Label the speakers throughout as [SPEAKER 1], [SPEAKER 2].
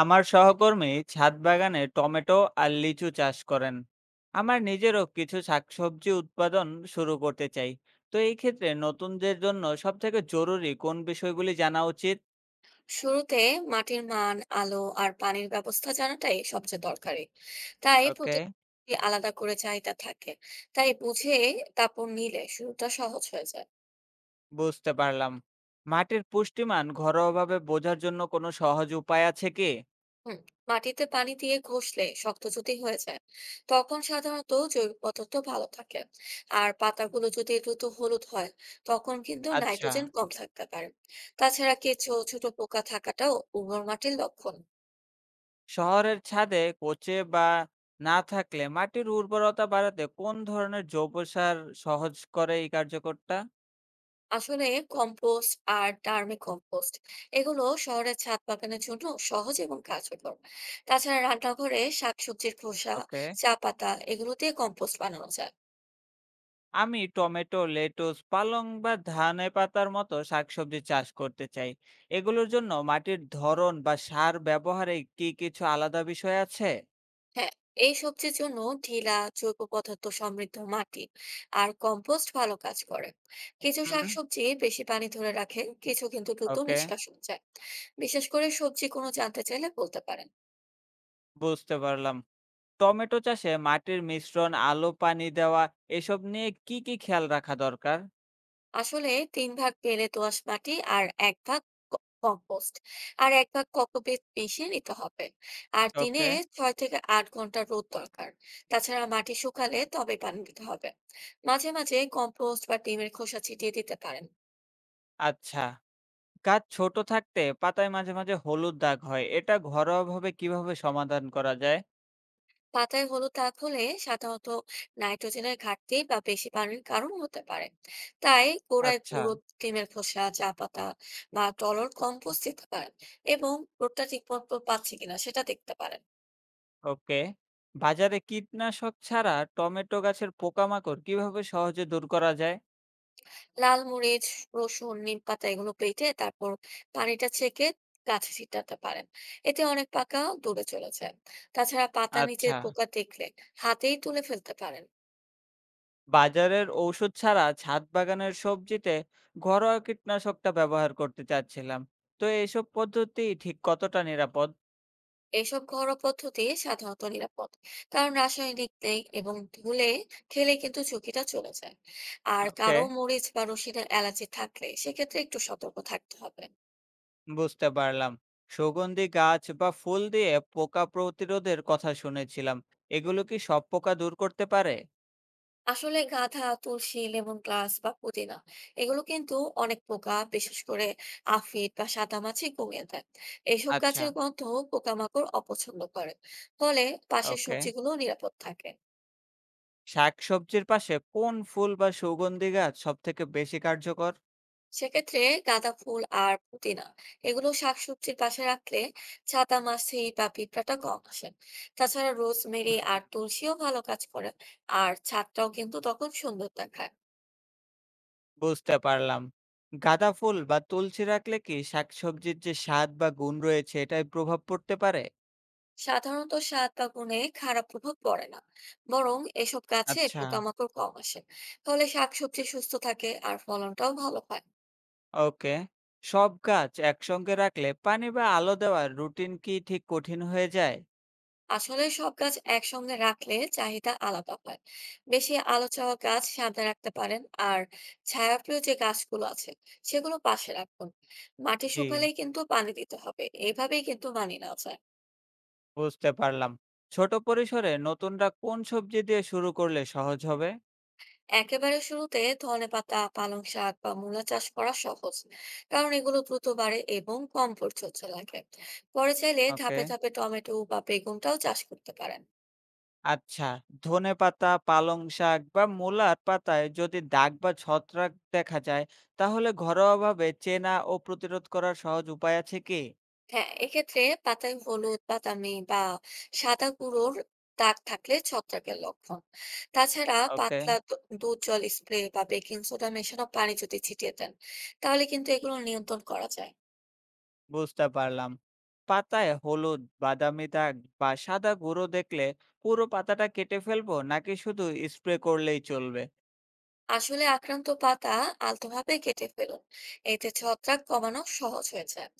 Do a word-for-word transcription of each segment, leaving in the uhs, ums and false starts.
[SPEAKER 1] আমার সহকর্মী ছাদ বাগানে টমেটো আর লিচু চাষ করেন। আমার নিজেরও কিছু শাকসবজি উৎপাদন শুরু করতে চাই। তো এই ক্ষেত্রে নতুনদের জন্য সব থেকে জরুরি কোন বিষয়গুলি জানা উচিত?
[SPEAKER 2] শুরুতে মাটির মান আলো আর পানির ব্যবস্থা জানাটাই সবচেয়ে দরকারি। তাই
[SPEAKER 1] ওকে,
[SPEAKER 2] প্রতি আলাদা করে চাহিদা থাকে, তাই বুঝে তারপর নিলে শুরুটা সহজ হয়ে যায়।
[SPEAKER 1] বুঝতে পারলাম। মাটির পুষ্টিমান ঘরোয়াভাবে বোঝার জন্য কোনো সহজ উপায় আছে কি?
[SPEAKER 2] হুম। মাটিতে পানি দিয়ে ঘষলে শক্ত যদি হয়ে যায়, তখন সাধারণত জৈব পদার্থ ভালো থাকে। আর পাতাগুলো যদি দ্রুত হলুদ হয়, তখন কিন্তু
[SPEAKER 1] আচ্ছা,
[SPEAKER 2] নাইট্রোজেন কম থাকতে পারে। তাছাড়া কেঁচো ছোট পোকা থাকাটাও উর্বর মাটির লক্ষণ।
[SPEAKER 1] শহরের ছাদে পচে বা না থাকলে মাটির উর্বরতা বাড়াতে কোন ধরনের জৈব সার সহজ করে এই কার্যকরটা?
[SPEAKER 2] আসলে কম্পোস্ট আর টার্মে কম্পোস্ট, এগুলো শহরের ছাদ বাগানের জন্য সহজ এবং কার্যকর। তাছাড়া রান্নাঘরে শাকসবজির খোসা,
[SPEAKER 1] ওকে।
[SPEAKER 2] চা পাতা, এগুলো দিয়ে কম্পোস্ট বানানো যায়।
[SPEAKER 1] আমি টমেটো, লেটুস, পালং বা ধনে পাতার মতো শাকসবজি চাষ করতে চাই। এগুলোর জন্য মাটির ধরন বা সার ব্যবহারে কি কিছু আলাদা বিষয় আছে?
[SPEAKER 2] হ্যাঁ, এই সবজির জন্য ঢিলা জৈব পদার্থ সমৃদ্ধ মাটি আর কম্পোস্ট ভালো কাজ করে। কিছু
[SPEAKER 1] হুম।
[SPEAKER 2] শাকসবজি বেশি পানি ধরে রাখে, কিছু কিন্তু দ্রুত
[SPEAKER 1] ওকে,
[SPEAKER 2] নিষ্কাশন যায়। বিশেষ করে সবজি কোনো জানতে চাইলে বলতে পারেন।
[SPEAKER 1] বুঝতে পারলাম। টমেটো চাষে মাটির মিশ্রণ, আলো, পানি দেওয়া এসব নিয়ে কি কি খেয়াল রাখা দরকার?
[SPEAKER 2] আসলে তিন ভাগ বেলে দোআঁশ মাটি আর এক ভাগ ক- কম্পোস্ট আর এক ভাগ কোকোপিট মিশিয়ে নিতে হবে। আর দিনে
[SPEAKER 1] ওকে।
[SPEAKER 2] ছয় থেকে আট ঘন্টা রোদ দরকার। তাছাড়া মাটি শুকালে তবে পানি দিতে হবে। মাঝে মাঝে কম্পোস্ট বা ডিমের খোসা ছিটিয়ে দিতে পারেন।
[SPEAKER 1] আচ্ছা। গাছ ছোট থাকতে পাতায় মাঝে মাঝে হলুদ দাগ হয়। এটা ঘরোয়াভাবে কিভাবে সমাধান করা যায়?
[SPEAKER 2] পাতায় হলুদ দাগ হলে সাধারণত নাইট্রোজেনের ঘাটতি বা বেশি পানির কারণ হতে পারে। তাই গোড়ায়
[SPEAKER 1] আচ্ছা।
[SPEAKER 2] পুরো ডিমের খোসা, চা পাতা বা তরল কম্পোস্ট দিতে পারেন এবং রোদটা ঠিকমতো পাচ্ছে কিনা সেটা দেখতে পারেন।
[SPEAKER 1] ওকে। বাজারে কীটনাশক ছাড়া টমেটো গাছের পোকামাকড় কিভাবে সহজে দূর করা যায়?
[SPEAKER 2] লাল মরিচ, রসুন, নিমপাতা এগুলো বেটে তারপর পানিটা ছেঁকে গাছে ছিটাতে পারেন। এতে অনেক পাকা দূরে চলে যায়। তাছাড়া পাতার নিচে
[SPEAKER 1] আচ্ছা।
[SPEAKER 2] পোকা দেখলে হাতেই তুলে ফেলতে পারেন।
[SPEAKER 1] বাজারের ঔষধ ছাড়া ছাদ বাগানের সবজিতে ঘরোয়া কীটনাশকটা ব্যবহার করতে চাচ্ছিলাম। তো এসব পদ্ধতি ঠিক কতটা নিরাপদ?
[SPEAKER 2] এইসব ঘরোয়া পদ্ধতি সাধারণত নিরাপদ। কারণ রাসায়নিক নেই এবং ধুলে খেলে কিন্তু ঝুঁকিটা চলে যায়। আর
[SPEAKER 1] ওকে,
[SPEAKER 2] কারো মরিচ বা রসুনের অ্যালার্জি থাকলে সেক্ষেত্রে একটু সতর্ক থাকতে হবে।
[SPEAKER 1] বুঝতে পারলাম। সুগন্ধি গাছ বা ফুল দিয়ে পোকা প্রতিরোধের কথা শুনেছিলাম। এগুলো কি সব পোকা দূর করতে পারে?
[SPEAKER 2] আসলে গাঁধা, তুলসী, লেমন গ্লাস বা পুদিনা, এগুলো কিন্তু অনেক পোকা, বিশেষ করে আফিড বা সাদামাছি কমিয়ে দেয়। এইসব
[SPEAKER 1] আচ্ছা।
[SPEAKER 2] গাছের গন্ধ পোকামাকড় অপছন্দ করে, ফলে পাশের
[SPEAKER 1] ওকে।
[SPEAKER 2] সবজিগুলো নিরাপদ থাকে।
[SPEAKER 1] শাকসবজির পাশে কোন ফুল বা সুগন্ধি গাছ সবথেকে বেশি কার্যকর?
[SPEAKER 2] সেক্ষেত্রে গাঁদা ফুল আর পুদিনা, এগুলো শাকসবজির পাশে রাখলে ছাতা মাছি বা পিঁপড়াটা কম আসে। তাছাড়া রোজমেরি
[SPEAKER 1] হুম।
[SPEAKER 2] আর তুলসীও ভালো কাজ করে, আর ছাদটাও কিন্তু তখন সুন্দর দেখায়।
[SPEAKER 1] বুঝতে পারলাম। গাঁদা ফুল বা তুলসী রাখলে কি শাকসবজির যে স্বাদ বা গুণ রয়েছে এটায় প্রভাব পড়তে পারে?
[SPEAKER 2] সাধারণত স্বাদ বা গুণে খারাপ প্রভাব পড়ে না, বরং এসব গাছে
[SPEAKER 1] আচ্ছা।
[SPEAKER 2] পোকামাকড় কম আসে, ফলে শাকসবজি সুস্থ থাকে আর ফলনটাও ভালো হয়।
[SPEAKER 1] ওকে। সব গাছ একসঙ্গে রাখলে পানি বা আলো দেওয়ার রুটিন কি ঠিক কঠিন হয়ে যায়?
[SPEAKER 2] আসলে সব গাছ একসঙ্গে রাখলে চাহিদা আলাদা হয়। বেশি আলো চাওয়া গাছ সামনে রাখতে পারেন, আর ছায়াপ্রিয় যে গাছগুলো আছে, সেগুলো পাশে রাখুন। মাটি
[SPEAKER 1] জি,
[SPEAKER 2] শুকালেই কিন্তু পানি দিতে হবে, এইভাবেই কিন্তু মানিয়ে নেওয়া যায়।
[SPEAKER 1] বুঝতে পারলাম। ছোট পরিসরে নতুনরা কোন সবজি দিয়ে শুরু করলে সহজ হবে?
[SPEAKER 2] একেবারে শুরুতে ধনেপাতা, পালং শাক বা মূলা চাষ করা সহজ, কারণ এগুলো দ্রুত বাড়ে এবং কম পরিচর্যা লাগে। পরে চাইলে
[SPEAKER 1] ওকে।
[SPEAKER 2] ধাপে ধাপে টমেটো বা বেগুনটাও চাষ করতে পারেন।
[SPEAKER 1] আচ্ছা, ধনেপাতা, পালং শাক বা মূলার পাতায় যদি দাগ বা ছত্রাক দেখা যায়, তাহলে ঘরোয়াভাবে চেনা ও প্রতিরোধ করার সহজ উপায় আছে কি?
[SPEAKER 2] হ্যাঁ, এক্ষেত্রে পাতায় হলুদ, বাদামি বা সাদা গুঁড়োর দাগ থাকলে ছত্রাকের লক্ষণ। তাছাড়া
[SPEAKER 1] ওকে,
[SPEAKER 2] পাতলা দ- দুধ জল স্প্রে বা বেকিং সোডা মেশানো পানি যদি ছিটিয়ে দেন, তাহলে কিন্তু এগুলো নিয়ন্ত্রণ করা যায়।
[SPEAKER 1] বুঝতে পারলাম। পাতায় হলুদ, বাদামি দাগ বা সাদা গুঁড়ো দেখলে পুরো পাতাটা কেটে ফেলবো নাকি শুধু স্প্রে করলেই চলবে?
[SPEAKER 2] আসলে আক্রান্ত পাতা আলতোভাবে কেটে ফেলুন, এতে ছত্রাক কমানো সহজ হয়ে যায়।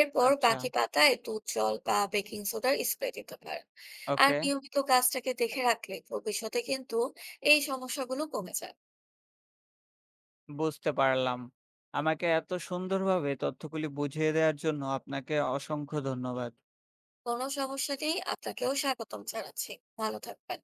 [SPEAKER 2] এরপর
[SPEAKER 1] আচ্ছা,
[SPEAKER 2] বাকি পাতায় দুধ জল বা বেকিং সোডার স্প্রে দিতে পারেন। আর
[SPEAKER 1] ওকে,
[SPEAKER 2] নিয়মিত গাছটাকে দেখে রাখলে ভবিষ্যতে কিন্তু এই সমস্যাগুলো কমে যায়।
[SPEAKER 1] বুঝতে পারলাম। আমাকে এত সুন্দরভাবে তথ্যগুলি বুঝিয়ে দেওয়ার জন্য আপনাকে অসংখ্য ধন্যবাদ।
[SPEAKER 2] কোনো সমস্যা নেই, আপনাকেও স্বাগতম জানাচ্ছি। ভালো থাকবেন।